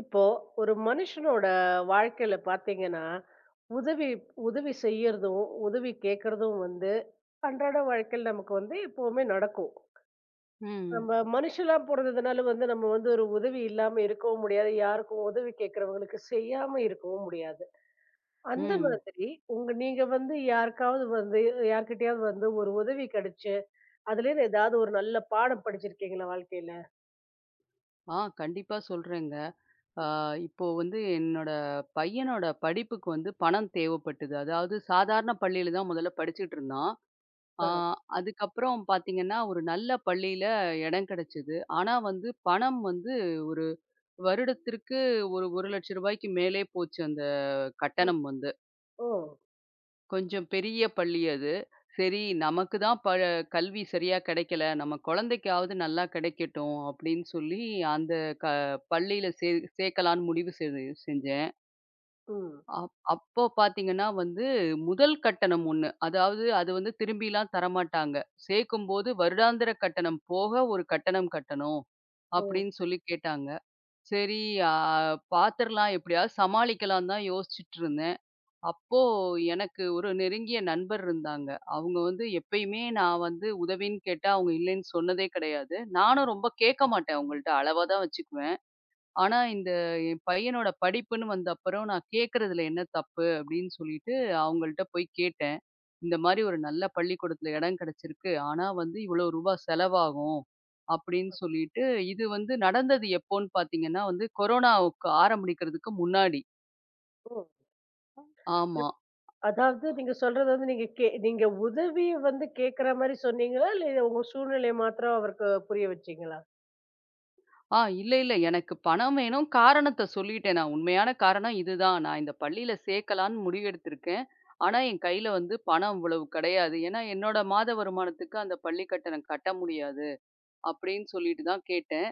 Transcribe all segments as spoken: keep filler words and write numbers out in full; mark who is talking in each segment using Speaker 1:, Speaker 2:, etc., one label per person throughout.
Speaker 1: இப்போ ஒரு மனுஷனோட வாழ்க்கையில பாத்தீங்கன்னா, உதவி உதவி செய்யறதும், உதவி கேட்கறதும் வந்து அன்றாட வாழ்க்கையில நமக்கு வந்து எப்பவுமே நடக்கும்.
Speaker 2: ம்,
Speaker 1: நம்ம மனுஷனா பொறந்ததுனால வந்து நம்ம வந்து ஒரு உதவி இல்லாம இருக்கவும் முடியாது. யாருக்கும் உதவி கேட்கறவங்களுக்கு செய்யாம இருக்கவும் முடியாது. அந்த
Speaker 2: ம்.
Speaker 1: மாதிரி உங்க நீங்க வந்து யாருக்காவது வந்து யார்கிட்டயாவது வந்து ஒரு உதவி கிடைச்சு, அதுலேருந்து ஏதாவது ஒரு நல்ல பாடம் படிச்சிருக்கீங்களா வாழ்க்கையில?
Speaker 2: ஆ கண்டிப்பா சொல்றேங்க. ஆ இப்போ வந்து என்னோட பையனோட படிப்புக்கு வந்து பணம் தேவைப்பட்டது. அதாவது சாதாரண பள்ளியில தான் முதல்ல படிச்சுட்டு இருந்தான். ஆ
Speaker 1: அ.
Speaker 2: அதுக்கப்புறம் பார்த்தீங்கன்னா, ஒரு நல்ல பள்ளியில இடம் கிடைச்சது. ஆனா வந்து பணம் வந்து ஒரு வருடத்திற்கு ஒரு ரூ. ஒரு லட்சத்துக்கு மேலே போச்சு அந்த
Speaker 1: ம்.
Speaker 2: கட்டணம் வந்து.
Speaker 1: ஓ!
Speaker 2: கொஞ்சம் பெரிய பள்ளி அது. சரி நமக்கு தான் ப கல்வி சரியா கிடைக்கல. நம்ம குழந்தைக்காவது நல்லா கிடைக்கட்டும் அப்படின்னு சொல்லி அந்த க பள்ளியில சே சேர்க்கலான்னு முடிவு செய் செஞ்சேன்.
Speaker 1: ம்.
Speaker 2: அப் அப்போ பார்த்தீங்கன்னா வந்து முதல் கட்டணம் ஒன்று. அதாவது அது வந்து திரும்பிலாம் தரமாட்டாங்க. சேர்க்கும்போது வருடாந்திர கட்டணம் போக ஒரு கட்டணம் கட்டணும்
Speaker 1: ஓ!
Speaker 2: அப்படின்னு சொல்லி கேட்டாங்க. சரி அ பார்த்துரலாம் எப்படியாவது சமாளிக்கலான்னு தான் யோசிச்சுட்டு இருந்தேன். அப்போ எனக்கு ஒரு நெருங்கிய நண்பர் இருந்தாங்க. அவங்க வந்து எப்பயுமே நான் வந்து உதவின்னு கேட்டா, அவங்க இல்லைன்னு சொன்னதே கிடையாது. நானும் ரொம்ப கேட்க மாட்டேன் அவங்கள்ட்ட. அளவா தான் வச்சுக்குவேன். ஆனா, இந்த என் பையனோட படிப்புன்னு வந்த அப்புறம், நான் கேட்கறதுல என்ன தப்பு? அப்படின்னு சொல்லிட்டு அவங்கள்ட்ட போய் கேட்டேன். இந்த மாரி ஒரு நல்ல பள்ளிக்கூடத்துல இடம் கிடைச்சிருக்கு. ஆனா வந்து இவ்வளோ ரூபா செலவாகும். அப்படின்னு சொல்லிட்டு, இது வந்து நடந்தது எப்போன்னு பார்த்தீங்கன்னா வந்து கொரோனாவுக்கு ஆரம்பிக்கிறதுக்கு முன்னாடி.
Speaker 1: ஓ!
Speaker 2: ஆமா.
Speaker 1: அதாவது நீங்க சொல்றது வந்து நீங்க கே நீங்க உதவிய வந்து கேட்கிற மாரி சொன்னீங்களா? இல்ல உங்க சூழ்நிலைய மாத்திரம் அவருக்கு புரிய வச்சீங்களா?
Speaker 2: ஆ இல்ல, இல்ல. எனக்கு பணம் வேணும். காரணத்த சொல்லிட்டேன் நான். உண்மையான காரணம் இதுதான். நான் இந்த பள்ளியில சேர்க்கலான்னு முடிவெடுத்திருக்கேன். ஆனா, என் கையில வந்து பணம் இவ்வளவு கிடையாது. ஏன்னா, என்னோட மாத வருமானத்துக்கு அந்த பள்ளி கட்டணம் கட்ட முடியாது. அப்படின்னு சொல்லிட்டு தான் கேட்டேன்.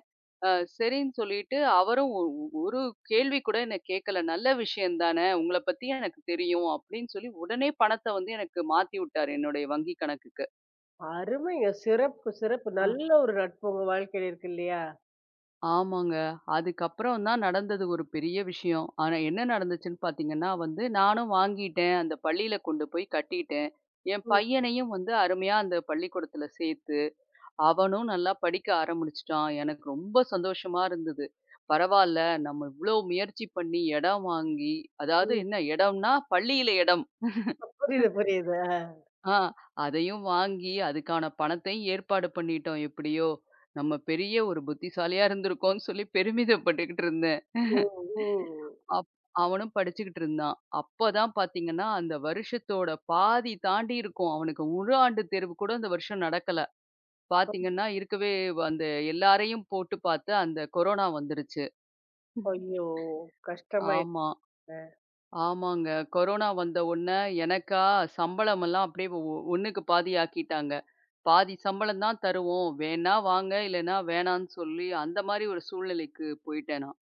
Speaker 2: அ சரின்னு சொல்லிட்டு அவரும் ஒ ஒ- ஒரு கேள்வி கூட என்ன கேட்கல. "நல்ல விஷயம் தானே! உங்கள பத்தி எனக்கு தெரியும்." அப்படின்னு சொல்லி உடனே பணத்த வந்து எனக்கு மாத்தி விட்டாரு என்னுடைய வங்கி கணக்குக்கு.
Speaker 1: அருமைங்க. சிறப்பு, சிறப்பு.
Speaker 2: ஆ.
Speaker 1: நல்ல ஒரு நட்பு உங்க வாழ்க்கையில இருக்கு இல்லையா?
Speaker 2: ஆமாங்க. அதுக்கப்புறம் தான் நடந்தது ஒரு பெரிய விஷயம். ஆனா என்ன நடந்துச்சுன்னு பார்த்தீங்கன்னா வந்து, நானும் வாங்கிட்டேன். அந்த பள்ளியில கொண்டு போய் கட்டிட்டேன். என்
Speaker 1: ம்,
Speaker 2: பையனையும் வந்து அருமையா அந்த பள்ளிக்கூடத்துல சேர்த்து, அவனும் நல்லா படிக்க ஆரம்பிச்சுட்டான். எனக்கு ரொம்ப சந்தோஷமா இருந்தது. பரவால்ல, நம்ம இவ்ளோ முயற்சி பண்ணி இடம் வாங்கி, அதாவது
Speaker 1: ம்.
Speaker 2: என்ன இடம்னா பள்ளியில இடம்.
Speaker 1: புரியுது, புரியுது.
Speaker 2: ஆ அதையும் வாங்கி அதுக்கான பணத்தையும் ஏற்பாடு பண்ணிட்டோம் எப்படியோ. நம்ம பெரிய ஒரு புத்திசாலியா இருந்திருக்கோம்னு சொல்லி பெருமிதப்பட்டுக்கிட்டு இருந்தேன்.
Speaker 1: ம், ம்.
Speaker 2: அப் அவனும் படிச்சுக்கிட்டு இருந்தான். அப்பதான் பார்த்தீங்கன்னா, அந்த வருஷத்தோட பாதி தாண்டி இருக்கும். அவனுக்கு முழு ஆண்டு தேர்வு கூட அந்த வருஷம் நடக்கல. பார்த்தீங்கன்னா, இருக்கவே வ- அந்த எல்லாரையும் போட்டு பார்த்து அந்த கொரோனா வந்துருச்சு.
Speaker 1: ஐயோ! கஷ்டமாயிடுச்சுங்க.
Speaker 2: ஆமா. ஆமாங்க. கொரோனா வந்த உடனே எனக்கா சம்பளமெல்லாம் அப்படியே ஒ ஒண்ணுக்கு பாதி ஆக்கிட்டாங்க. பாதி சம்பளம் தான் தருவோம். வேணா வாங்க, இல்லைன்னா வேணான்னு சொல்லி அந்த மாரி ஒரு சூழ்நிலைக்கு போயிட்டேன் நான்.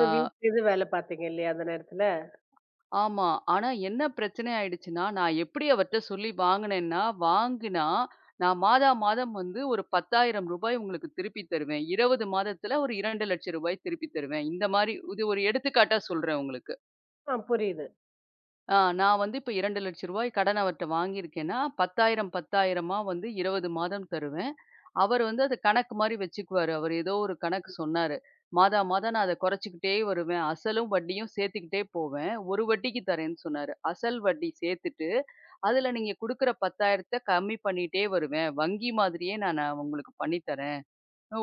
Speaker 2: ஆ.
Speaker 1: வீட்லேருந்து வேல பார்த்தீங்க இல்லையா அந்த நேரத்துல?
Speaker 2: ஆமா. ஆனா என்ன பிரச்சனை ஆயிடுச்சுன்னா, நான் எப்படி அவர்ட்ட சொல்லி வாங்குனேன்னா, வாங்குனா நான் மாதா மாதம் வந்து ஒரு ரூ. பத்தாயிரம் உங்களுக்கு திருப்பி தருவேன். இருபது மாதத்துல ஒரு ரூ. இரண்டு லட்சம் திருப்பி தருவேன். இந்த மாரி இது ஒரு எடுத்துக்காட்டா சொல்றேன் உங்களுக்கு.
Speaker 1: ஆ புரியுது.
Speaker 2: ஆ நான் வந்து இப்ப ரூ. இரண்டு லட்சம் கடன் அவர்ட்ட வாங்கியிருக்கேன்னா, பத்தாயிரம் பத்தாயிரம் வந்து இருபது மாதம் தருவேன். அவர் வந்து அத கணக்கு மாரி வச்சுக்குவாரு. அவர் ஏதோ ஒரு கணக்கு சொன்னாரு. மாதா மாதம் நான் அத குறைச்சுக்கிட்டே வருவேன். அசலும் வட்டியும் சேர்த்துக்கிட்டே போவேன். ஒரு வட்டிக்கு தரேன்னு சொன்னாரு. அசல் வட்டி சேர்த்துட்டு, அதுல நீங்க குடுக்குற 10,000த்த கம்மி பண்ணிட்டே வருவேன். வங்கி மாதிரியே நான் நான் உங்களுக்கு பண்ணி தரேன்.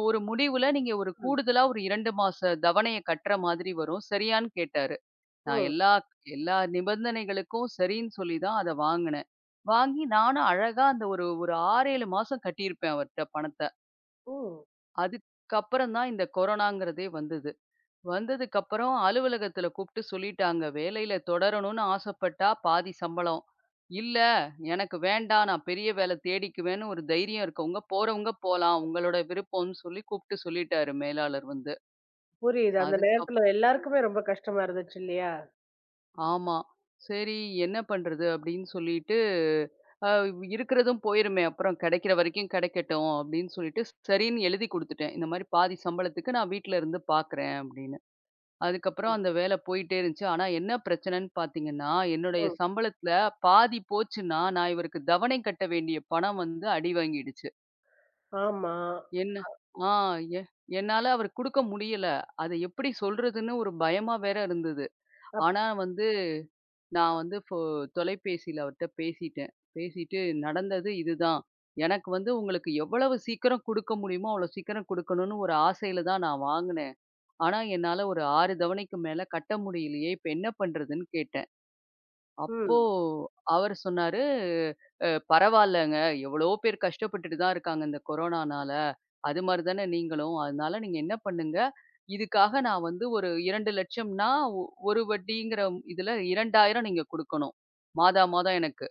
Speaker 2: ஒரு முடிவுல நீங்க ஒரு
Speaker 1: ம்,
Speaker 2: கூடுதலா ஒரு இரண்டு மாச தவணைய கட்டுற மாதிரி வரும். சரியான்னு கேட்டாரு. நான்
Speaker 1: ம்,
Speaker 2: எல்லா எல்லா நிபந்தனைகளுக்கும் சரின்னு சொல்லி தான் அத வாங்குனேன். வாங்கி நானும் அழகா அந்த ஒரு ஒரு ஆறு, ஏழு மாசம் கட்டியிருப்பேன் அவர்ட்ட பணத்த.
Speaker 1: ம்.
Speaker 2: அதுக்கப்புறம் தான் இந்த கொரோனாங்கிறதே வந்தது. வந்ததுக்கப்புறம் அலுவலகத்துல கூப்ட்டு சொல்லிட்டாங்க, "வேலையில தொடரணும்னு ஆசைப்பட்டா பாதி சம்பளம். இல்ல எனக்கு வேண்டாம் நான் பெரிய வேலை தேடிக்குவேன்னு ஒரு தைரியம் இருக்கவங்க போறவங்க போலாம். உங்களோட விருப்பம்னு" சொல்லி கூப்ட்டு சொல்லிட்டாரு மேலாளர் வந்து.
Speaker 1: புரியுது. அந்த
Speaker 2: அதுக்கப்
Speaker 1: நேரத்துல எல்லாருக்குமே ரொம்ப கஷ்டமா இருந்துச்சு இல்லையா?
Speaker 2: ஆமா. சரி என்ன பண்றது? அப்டின்னு சொல்லிட்டு அ இருக்கிறதும் போயிருமே, அப்புறம் கிடைக்கிற வரைக்கும் கிடைக்கட்டும் அப்படின்னு சொல்லிட்டு, சரின்னு எழுதி குடுத்துட்டேன். இந்த மாரி பாதி சம்பளத்துக்கு நான் வீட்ல இருந்து பார்க்குறேன் அப்படின்னு. அதுக்கப்புறம் அந்த வேலை போயிட்டே இருந்துச்சு. ஆனா என்ன பிரச்சனைன்னு பார்த்தீங்கன்னா, என்னுடைய
Speaker 1: ம்.
Speaker 2: சம்பளத்துல பாதி போச்சுன்னா, நான் இவருக்கு தவணை கட்ட வேண்டிய பணம் வந்து அடி வாங்கிடுச்சு.
Speaker 1: ஆமா.
Speaker 2: என்ன ஆ எ என்னால அவருக்கு குடுக்க முடியல. அத எப்படி சொல்றதுன்னு ஒரு பயமா வேற இருந்தது.
Speaker 1: அப்
Speaker 2: ஆனா வந்து நான் வந்து ஃபோ தொலைபேசியில அவர்ட்ட பேசிட்டேன். பேசிட்டு நடந்தது இதுதான். எனக்கு வந்து உங்களுக்கு எவ்வளவு சீக்கிரம் குடுக்க முடியுமோ, அவ்வளோ சீக்கிரம் குடுக்கணும்னு ஒரு ஆசையில தான் நான் வாங்குனேன். ஆனா என்னால ஒரு ஆறு தவணைக்கு மேல கட்ட முடியலையே! இப்ப என்ன பண்றதுன்னு கேட்டேன். அப்போ
Speaker 1: ம்.
Speaker 2: அவரு சொன்னாரு, "அ பரவாயில்லங்க. எவ்வளோ பேர் கஷ்டப்பட்டுட்டு தான் இருக்காங்க இந்த கொரோனானால. அது மாரி தானே நீங்களும். அதனால நீங்க என்ன பண்ணுங்க, இதுக்காக நான் வந்து ஒரு இரண்டு லட்சம்ன்னா ஒ ஒரு வட்டிங்கிற இதுல இரண்டாயிரம் நீங்க குடுக்கணும். மாதா மாதம் எனக்கு.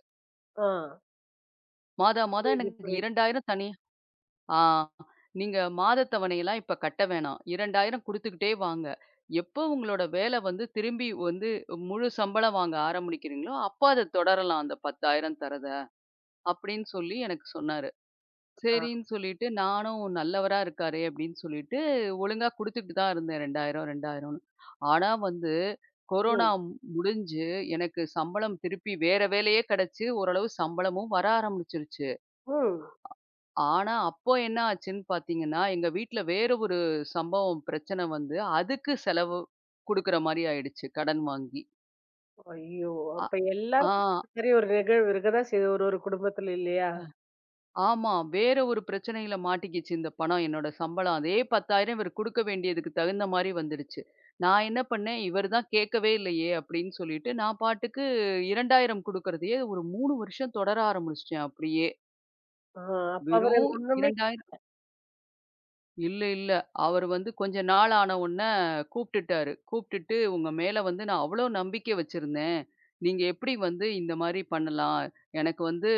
Speaker 1: ஆ.
Speaker 2: மாதா மாதம்
Speaker 1: புரியுது,
Speaker 2: எனக்கு
Speaker 1: புரியுது.
Speaker 2: இரண்டாயிரம் தனியா ஆ நீங்க மாதத் தவணையெல்லாம் இப்ப கட்ட வேணாம். இரண்டாயிரம் குடுத்துக்கிட்டே வாங்க. எப்போ உங்களோட வேலை வந்து திரும்பி வந்து முழு சம்பளம் வாங்க ஆரம்பிக்கிறீங்களோ, அப்ப அத தொடரலாம் அந்த பத்தாயிரம் தரத." அப்படின்னு சொல்லி எனக்கு சொன்னாரு.
Speaker 1: ஆ.
Speaker 2: சரின்னு சொல்லிட்டு நானும் நல்லவரா இருக்காரே அப்படின்னு சொல்லிட்டு, ஒழுங்கா குடுத்துட்டு தான் இருந்தேன் இரண்டாயிரம், 2000ன்னு. ஆனா வந்து கொரோனா
Speaker 1: ம்.
Speaker 2: முடிஞ்சு எனக்கு சம்பளம் திருப்பி வேற வேலையே கிடைச்சு, ஓரளவு சம்பளமும் வர ஆரம்பிச்சுருச்சு.
Speaker 1: ம்.
Speaker 2: ஆனா அப்போ என்ன ஆச்சுன்னு பார்த்தீங்கன்னா, எங்க வீட்ல வேற ஒரு சம்பவம் பிரச்சனை வந்து, அதுக்கு செலவு குடுக்குற மாரி ஆயிடுச்சு கடன் வாங்கி.
Speaker 1: ஐயோ!
Speaker 2: அ
Speaker 1: அப்ப
Speaker 2: ஆ
Speaker 1: எல்லாருக்கும் இந்த மாரி ஒரு நிகழ்வு இருக்கதான் செய்யுது ஒரு ஒரு குடும்பத்துல இல்லையா?
Speaker 2: ஆமா. வேற ஒரு பிரச்சனையில மாட்டிக்கிச்சு இந்த பணம். என்னோட சம்பளம் அதே பத்தாயிரம் இவர் குடுக்க வேண்டியதுக்கு தகுந்த மாரி வந்துடுச்சு. நான் என்ன பண்ணேன், இவர் தான் கேட்கவே இல்லையே அப்படின்னு சொல்லிட்டு, நான் பாட்டுக்கு இரண்டாயிரம் குடுக்கறதையே ஒரு மூன்று வருஷம் தொடர ஆரம்பிச்சுட்டேன் அப்படியே.
Speaker 1: ஆ அப்ப அவரு
Speaker 2: வெறும்
Speaker 1: ஒண்ணுமே
Speaker 2: இரண்டா இல்ல, இல்ல. அவரு வந்து கொஞ்ச நாள் ஆன உடனே கூப்பிட்டுட்டாரு. கூப்பிட்டுட்டு, "உங்க மேல வந்து நான் அவ்ளோ நம்பிக்கை வச்சிருந்தேன். நீங்க எப்படி வந்து இந்த மாரி பண்ணலாம்? எனக்கு வந்து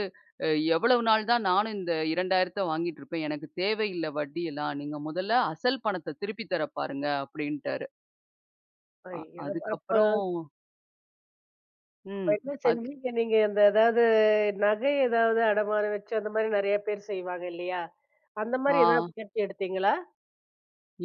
Speaker 2: அ எவ்வளவு நாள் தான் நானும் இந்த இரண்டாயிரத்த வாங்கிட்டு இருப்பேன். எனக்கு தேவையில்ல வட்டியெல்லாம். நீங்க முதல்ல அசல் பணத்த திருப்பி தர பாருங்க" அப்படின்ட்டாரு. அ
Speaker 1: ஐயோ! அப்ப
Speaker 2: அதுக்கப்புறம்
Speaker 1: அப்ப
Speaker 2: ம்.
Speaker 1: என்ன
Speaker 2: அது
Speaker 1: செஞ்சீங்க நீங்க? அந்த ஏதாவது நகை ஏதாவது அடமானம் வச்சு அந்த மாரி நெறைய பேர் செய்வாங்க இல்லையா? அந்த மாரி
Speaker 2: ஆ.
Speaker 1: ஏதாவது முயற்சி எடுத்தீங்களா?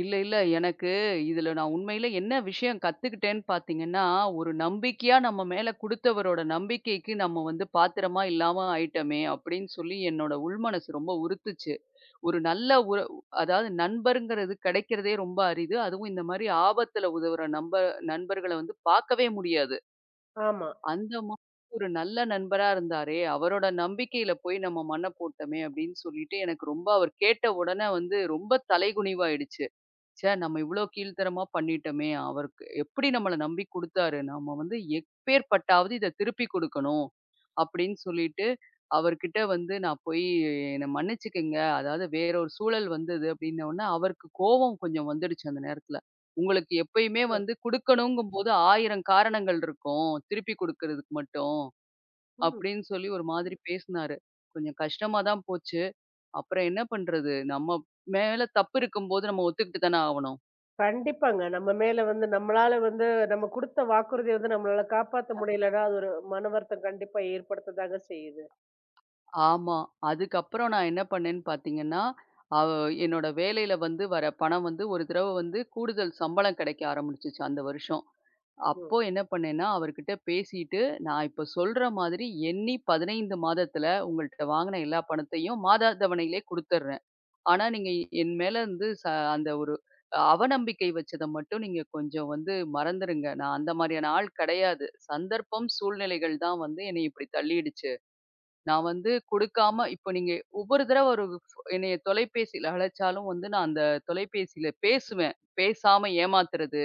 Speaker 2: இல்ல, இல்ல. எனக்கு இதுல நான் உண்மையில என்ன விஷயம் கத்துக்கிட்டேன்னு பார்த்தீங்கன்னா, ஒரு நம்பிக்கையா நம்ம மேல குடுத்தவரோட நம்பிக்கைக்கு நம்ம வந்து பாத்திரமா இல்லாம ஆயிட்டோமே! அப்பிடின்னு சொல்லி என்னோட உள்மனசு ரொம்ப உறுத்துச்சு. ஒரு நல்ல உற அதாவது நண்பருங்கிறது கிடைக்கிறதே ரொம்ப அரிது. அதுவும் இந்தமாரி ஆபத்துல உதவுற நம்ப நண்பர்கள வந்து பார்க்கவே முடியாது.
Speaker 1: ஆமா.
Speaker 2: அந்த மாதிரி ஒரு நல்ல நண்பரா இருந்தாரே! அவரோட நம்பிக்கையில போய் நம்ம மண்ண போட்டோமே! அப்பிடின்னு சொல்லிட்டு எனக்கு ரொம்ப அவர் கேட்ட உடனே வந்து ரொம்ப தலைகுனிவாயிடுச்சு. ச்சே! நம்ம இவ்ளோ கீழ்த்தரமா பண்ணிட்டோமே! அவருக்கு எப்படி நம்மள நம்பி குடுத்தாரு. நம்ம வந்து எப்பேர்ப்பட்டாவது இத திருப்பி குடுக்கணும். அப்படின்னு சொல்லிட்டு, அவர்கிட்ட வந்து நான் போய் என்ன மன்னிச்சுக்கங்க. அதாவது வேற ஒரு சூழல் வந்தது அப்படின்ன உடனே, அவருக்கு கோவம் கொஞ்சம் வந்துடுச்சு அந்த நேரத்துல. உங்களுக்கு எப்பயுமே
Speaker 1: ம்.
Speaker 2: வந்து குடுக்கணுங்கும்போது ஆயிரம் காரணங்கள் இருக்கும். திருப்பி குடுக்கறதுக்கு மட்டும்.
Speaker 1: ம்.
Speaker 2: அப்படின்னு சொல்லி ஒரு மாதிரி பேசினாரு. கொஞ்சம் கஷ்டமா தான் போச்சு. அப்புறம் என்ன பண்றது? நம்ம மேல தப்பு இருக்கும்போது நம்ம ஒத்துக்கிட்டு தானே ஆவணும்.
Speaker 1: கண்டிப்பாங்க. நம்ம மேல வந்து நம்மளால வந்து நம்ம குடுத்த வாக்குறுதிய வந்து நம்மளால காப்பாத்த முடியலன்னா, அது ஒரு மன வருத்தம் கண்டிப்பா ஏற்படுத்ததாங்க செய்யுது.
Speaker 2: ஆமா. அதுக்கப்புறம் நான் என்ன பண்ணேன்னு பார்த்தீங்கன்னா, அவ என்னோட வேலையில வந்து வர பணம் வந்து ஒரு தடவ வந்து கூடுதல் சம்பளம் கிடைக்க ஆரம்பிச்சுச்சு அந்த வருஷம்.
Speaker 1: ம்.
Speaker 2: அப்போ என்ன பண்ணேன்னா, அவர்கிட்ட பேசிட்டு, நான் இப்ப சொல்ற மாதிரி எண்ணி பதினைந்து மாதத்துல உங்கள்ட்ட வாங்குன எல்லா பணத்தையும் மாத தவணையிலே குடுத்துர்றேன். ஆனா நீங்க என் மேல வந்து ச அந்த ஒரு அவநம்பிக்கை வச்சத மட்டும் நீங்க கொஞ்சம் வந்து மறந்துருங்க. நான் அந்த மாரியான ஆள் கிடையாது. சந்தர்ப்பம், சூழ்நிலைகள் தான் வந்து என்னைய இப்படி தள்ளிடுச்சு. நான் வந்து கொடுக்காம இப்போ நீங்க ஒவ்வொரு தடவ ஒரு ஃபோ- என்னைய தொலைபேசியில அழைச்சாலும் வந்து நான் அந்த தொலைபேசியில பேசுவேன். பேசாம ஏமாத்துறது,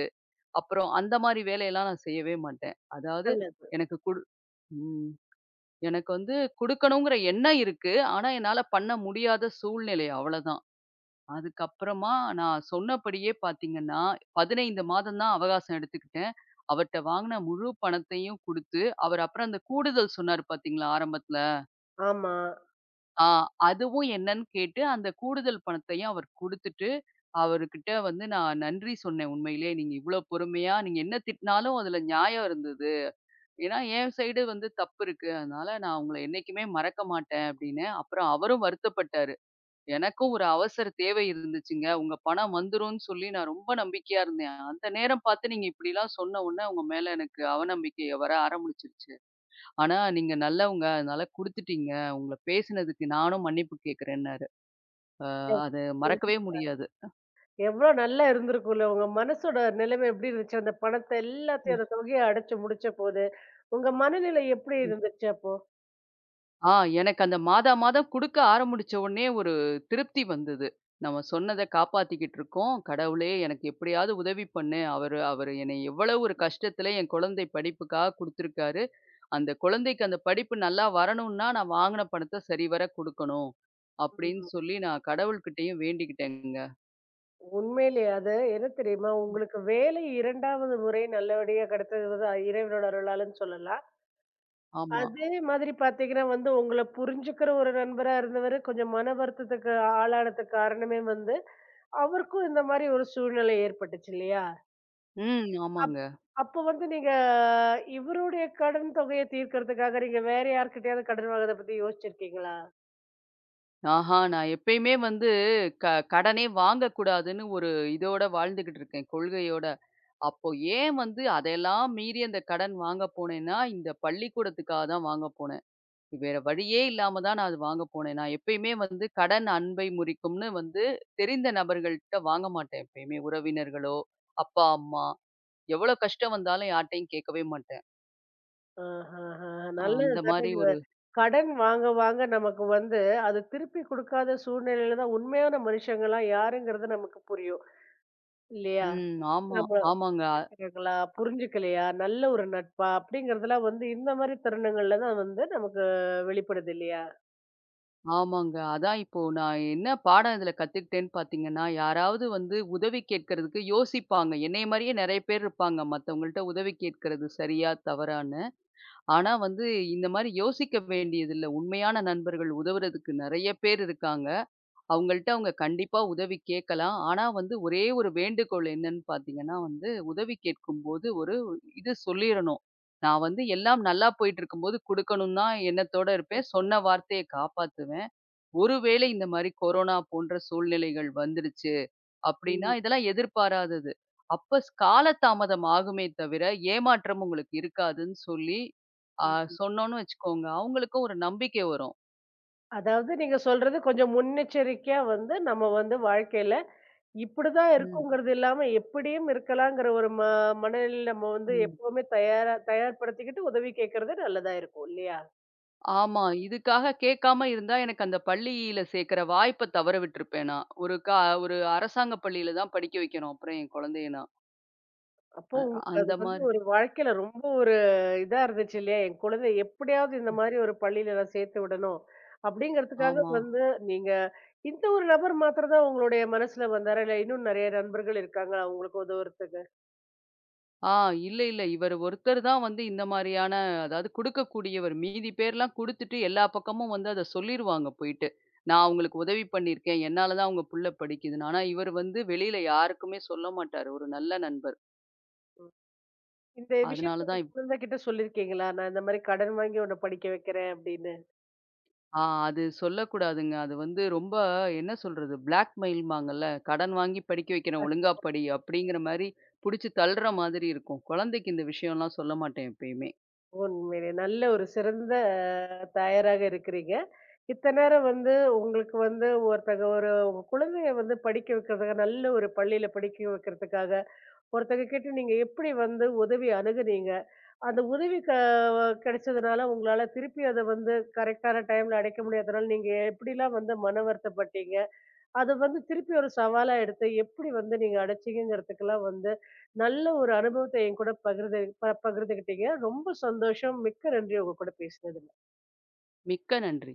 Speaker 2: அப்புறம் அந்த மாரி வேலையெல்லாம் நான் செய்யவே மாட்டேன். அதாவது
Speaker 1: நல்லது.
Speaker 2: எனக்கு குடு ம். எனக்கு வந்து குடுக்கணுங்கிற எண்ணம் இருக்கு. ஆனா, என்னால பண்ண முடியாத சூழ்நிலை அவ்வளதான். அதுக்கப்புறமா நான் சொன்னபடியே பார்த்தீங்கன்னா, பதினைந்து மாதம் தான் அவகாசம் எடுத்துக்கிட்டேன். அவர்ட்ட வாங்குன முழு பணத்தையும் குடுத்து, அவர் அப்புறம் அந்த கூடுதல் சொன்னாரு பார்த்தீங்களா ஆரம்பத்துல.
Speaker 1: ஆமா.
Speaker 2: ஆ அதுவும் என்னன்னு கேட்டு, அந்த கூடுதல் பணத்தையும் அவர் குடுத்துட்டு, அவருகிட்ட வந்து நான் நன்றி சொன்னேன் உண்மையிலேயே. நீங்க இவ்ளோ பொறுமையா நீங்க என்ன திட்டினாலும் அதுல நியாயம் இருந்தது. ஏன்னா, என் சைடு வந்து தப்பு இருக்கு. அதனால நான் உங்கள என்னைக்குமே மறக்க மாட்டேன் அப்டின்னேன். அப்புறம் அவரும் வருத்தப்பட்டாரு. எனக்கும் ஒரு அவசர தேவை இருந்துச்சுங்க. உங்க பணம் வந்துரும்னு சொல்லி நான் ரொம்ப நம்பிக்கையா இருந்தேன். அந்த நேரம் பார்த்து நீங்க இப்படிலாம் சொன்ன உடனே உங்க மேல எனக்கு அவநம்பிக்கை வர ஆரம்பிச்சுருச்சு. ஆனா நீங்க நல்லவங்க. அதனால குடுத்துட்டீங்க. உங்கள பேசினதுக்கு நானும் மன்னிப்பு கேட்கிறேன்னாரு. அ அது மறக்கவே முடியாது.
Speaker 1: எவ்ளோ நல்லா இருந்திருக்கும்ல. உங்க மனசோட நிலைமை எப்படி இருந்துச்சு? அந்த பணத்த எல்லாத்தையும் அந்த தொகைய அடைச்சு முடிச்சபோது, உங்க மனநிலை எப்படி இருந்துச்சு அப்போ?
Speaker 2: ஆ எனக்கு அந்த மாதா மாதம் குடுக்க ஆரம்பிச்ச உடனே ஒரு திருப்தி வந்தது. நம்ம சொன்னத காப்பாத்திக்கிட்டு இருக்கோம். கடவுளே எனக்கு எப்படியாவது உதவி பண்ணு. அவரு அவரு என்னை எவ்வளவு ஒரு கஷ்டத்துல என் குழந்தை படிப்புக்காக குடுத்துருக்காரு. அந்த குழந்தைக்கு அந்த படிப்பு நல்லா வரணும்னா, நான் வாங்குன பணத்த சரிவர குடுக்கணும். அப்படின்னு
Speaker 1: ஆமா.
Speaker 2: சொல்லி நான் கடவுள்கிட்டயும் வேண்டிக்கிட்டேங்க.
Speaker 1: உண்மையிலேயே அது என்ன தெரியுமா? உங்களுக்கு வேலை இரண்டாவது முறை நல்லபடியா கிடைச்சது வந்து இறைவனோட அருளாலன்னு சொல்லலாம்.
Speaker 2: ஆமா.
Speaker 1: அதே மாதிரி பார்த்தீங்கன்னா வந்து உங்கள புரிஞ்சுக்கிற ஒரு நண்பரா இருந்தவரு கொஞ்சம் மன வருத்தத்துக்கு ஆளானதுக்கு காரணமே வந்து, அவருக்கும் இந்த மாரி ஒரு சூழ்நிலை ஏற்பட்டுச்சு இல்லையா?
Speaker 2: ம்.
Speaker 1: அப்
Speaker 2: ஆமாங்க.
Speaker 1: அப்ப வந்து நீங்க இவருடைய கடன் தொகைய தீர்க்கறதுக்காக நீங்க வேற யார்கிட்டயாவது கடன் வாங்குறத பத்தி யோசிச்சிருக்கீங்களா?
Speaker 2: ஆஹா நான் எப்பயுமே வந்து க கடனே வாங்கக்கூடாதுன்னு ஒரு இதோட வாழ்ந்துகிட்டு இருக்கேன். கொள்கையோட. அப்போ ஏன் வந்து அதையெல்லாம் மீறி அந்த கடன் வாங்க போனேன்னா, இந்த பள்ளிக்கூடத்துக்காக தான் வாங்க போனேன். வேற வழியே இல்லாம தான் நான் அது வாங்க போனேன். நான் எப்பயுமே வந்து கடன் அன்பை முறிக்கும்னு வந்து தெரிந்த நபர்கள்ட்ட வாங்க மாட்டேன் எப்பயுமே. உறவினர்களோ, அப்பா, அம்மா எவ்வளோ கஷ்டம் வந்தாலும் யார்ட்டயும் கேட்கவே மாட்டேன்.
Speaker 1: ஆஹஹா!
Speaker 2: அ
Speaker 1: நல்லது
Speaker 2: அந்த மாரி
Speaker 1: தானேங்க.
Speaker 2: ஒரு
Speaker 1: கடன் வாங்க வாங்க நமக்கு வந்து அது திருப்பி குடுக்காத சூழ்நிலையில தான் உண்மையான மனுஷங்கலாம் யாருங்கிறது நமக்கு புரியும். இல்லையா?
Speaker 2: ம். ஆமா.
Speaker 1: நம்ம
Speaker 2: ஆமாங்க.
Speaker 1: கேட்கறாங்களா? புரிஞ்சுக்கலையா? நல்ல ஒரு நட்பா? அப்படிங்கிறதெல்லாம் வந்து இந்த மாரி தருணங்கள்ல தான் வந்து நமக்கு வெளிப்படுது இல்லையா?
Speaker 2: ஆமாங்க. அதான் இப்போ நான் என்ன பாடம் இதுல கத்துக்கிட்டேன்னு பார்த்தீங்கன்னா, யாராவது வந்து உதவி கேட்கறதுக்கு யோசிப்பாங்க. என்னைய மாரியே நெறைய பேர் இருப்பாங்க. மத்தவங்கள்ட்ட உதவி கேட்கறது சரியா, தவறான்னு. ஆனா வந்து இந்த மாரி யோசிக்க வேண்டியதில்ல. உண்மையான நண்பர்கள் உதவுறதுக்கு நெறைய பேர் இருக்காங்க. அவங்கள்ட்ட அவங்க கண்டிப்பா உதவி கேட்கலாம். ஆனா வந்து ஒரே ஒரு வேண்டுகோள் என்னன்னு பார்த்தீங்கன்னா வந்து, உதவி கேட்கும்போது ஒரு இது சொல்லிறணும். நான் வந்து எல்லாம் நல்லா போயிட்டு இருக்கும்போது குடுக்கணும்னு தான் எண்ணத்தோட இருப்பேன். சொன்ன வார்த்தைய காப்பாத்துவேன். ஒருவேளை இந்த மாரி கொரோனா போன்ற சூழ்நிலைகள் வந்துருச்சு அப்டின்னா,
Speaker 1: ம்.
Speaker 2: இதெல்லாம் எதிர்பாராதது. அப்ப ஸ் காலதாமதம் ஆகுமே தவிர, ஏமாற்றம் உங்களுக்கு இருக்காதுன்னு சொல்லி, ஆ
Speaker 1: ம்.
Speaker 2: சொன்னோம்னு வச்சுக்கோங்க. அவங்களுக்கும் ஒரு நம்பிக்கை வரும்.
Speaker 1: அதாவது நீங்க சொல்றது கொஞ்சம் முன்னெச்சரிக்கையா வந்து நம்ம வந்து வாழ்க்கையில இப்படிதான்
Speaker 2: ம்,
Speaker 1: இருக்குங்கிறது இல்லாம எப்படியும் இருக்கலாங்கிற ஒரு ம மனநிலையில நம்ம வந்து
Speaker 2: ம்.
Speaker 1: எப்பவுமே தயாரா தயார்படுத்திக்கிட்டு உதவி கேட்கறது நல்லதா இருக்கும் இல்லையா?
Speaker 2: ஆமா. இதுக்காக கேட்காம இருந்தா, எனக்கு அந்த பள்ளியில சேர்க்கிற வாய்ப்ப தவற விட்டுருப்பேன் நான். ஒரு கா ஒரு அரசாங்க பள்ளியில தான் படிக்க வைக்கணும். அப்புறம் என் குழந்தைய நான்.
Speaker 1: அப்போ
Speaker 2: அ
Speaker 1: உங்களுக்கு
Speaker 2: அந்த
Speaker 1: அது வந்து
Speaker 2: மாரி
Speaker 1: ஒரு வாழ்க்கையில ரொம்ப ஒரு இதா இருந்துச்சு இல்லையா? என் குழந்தை எப்படியாவது இந்த மாதிரி ஒரு பள்ளியில நான் சேர்த்து விடணும். அப்படிங்கிறதுக்காக
Speaker 2: ஆமா.
Speaker 1: வந்து நீங்க இந்த ஒரு நபர் மாத்திரம் தான் உங்களுடைய மனசுல வந்தாரா? இல்ல இன்னும் நிறைய நண்பர்கள் இருக்காங்களா உங்களுக்கு உதவுறதுக்கு?
Speaker 2: ஆ இல்ல, இல்ல. இவர் ஒருத்தர் தான் வந்து இந்த மாரியான அதாவது குடுக்கக்கூடியவர். மீதி பேர்லாம் குடுத்துட்டு எல்லா பக்கமும் வந்து அத சொல்லிருவாங்க போயிட்டு. நான் அவங்களுக்கு உதவி பண்ணியிருக்கேன். என்னால தான் அவங்க புள்ள படிக்குதுன்னு. ஆனா இவர் வந்து வெளியில யாருக்குமே சொல்ல மாட்டாரு. ஒரு நல்ல நண்பர்.
Speaker 1: இந்த
Speaker 2: அதனால
Speaker 1: விஷயத்த
Speaker 2: தான்
Speaker 1: உங்க
Speaker 2: இப்
Speaker 1: குழந்தைகிட்ட சொல்லியிருக்கீங்களா? நான் இந்த மாதிரி கடன் வாங்கி உன்னை படிக்க வைக்கிறேன் அப்படின்னு?
Speaker 2: ஆ அது சொல்லக்கூடாதுங்க. அது வந்து ரொம்ப என்ன சொல்றது? பிளாக் மெயில்ம்பாங்கல்ல. கடன் வாங்கி படிக்க வைக்கிறேன், ஒழுங்கா படி அப்படிங்கிற மாரி புடிச்சு தள்ளுற மாதிரி இருக்கும். குழந்தைக்கு இந்த விஷயம்லாம் சொல்ல மாட்டேன் எப்பயுமே.
Speaker 1: உண்மையிலே நல்ல ஒரு சிறந்த அஹ், தாயாராக இருக்கிறீங்க. இத்தன நேரம் வந்து உங்களுக்கு வந்து ஒருத்தங்க ஒரு உங்க குழந்தைய வந்து படிக்க வைக்கிறதுக்கு நல்ல ஒரு பள்ளியில படிக்க வைக்கிறதுக்காக, ஒருத்தங்க கிட்ட நீங்க எப்படி வந்து உதவி அணுகுனீங்க? அந்த உதவி க கிடைச்சதுனால உங்களால திருப்பி அத வந்து கரெக்ட்டான டைம்ல அடைக்க முடியாதனால நீங்க எப்படிலாம் வந்து மன வருத்தப்பட்டீங்க? அது வந்து திருப்பி ஒரு சவாலா எடுத்து எப்படி வந்து நீங்க அடைச்சீங்கங்கிறதுக்கெல்லாம் வந்து நல்ல ஒரு அனுபவத்த என் கூட பகிர்ந்து ப பகிர்ந்துக்கிட்டீங்க. ரொம்ப சந்தோஷம். மிக்க நன்றி உங்க கூட பேசினது.
Speaker 2: மிக்க நன்றி.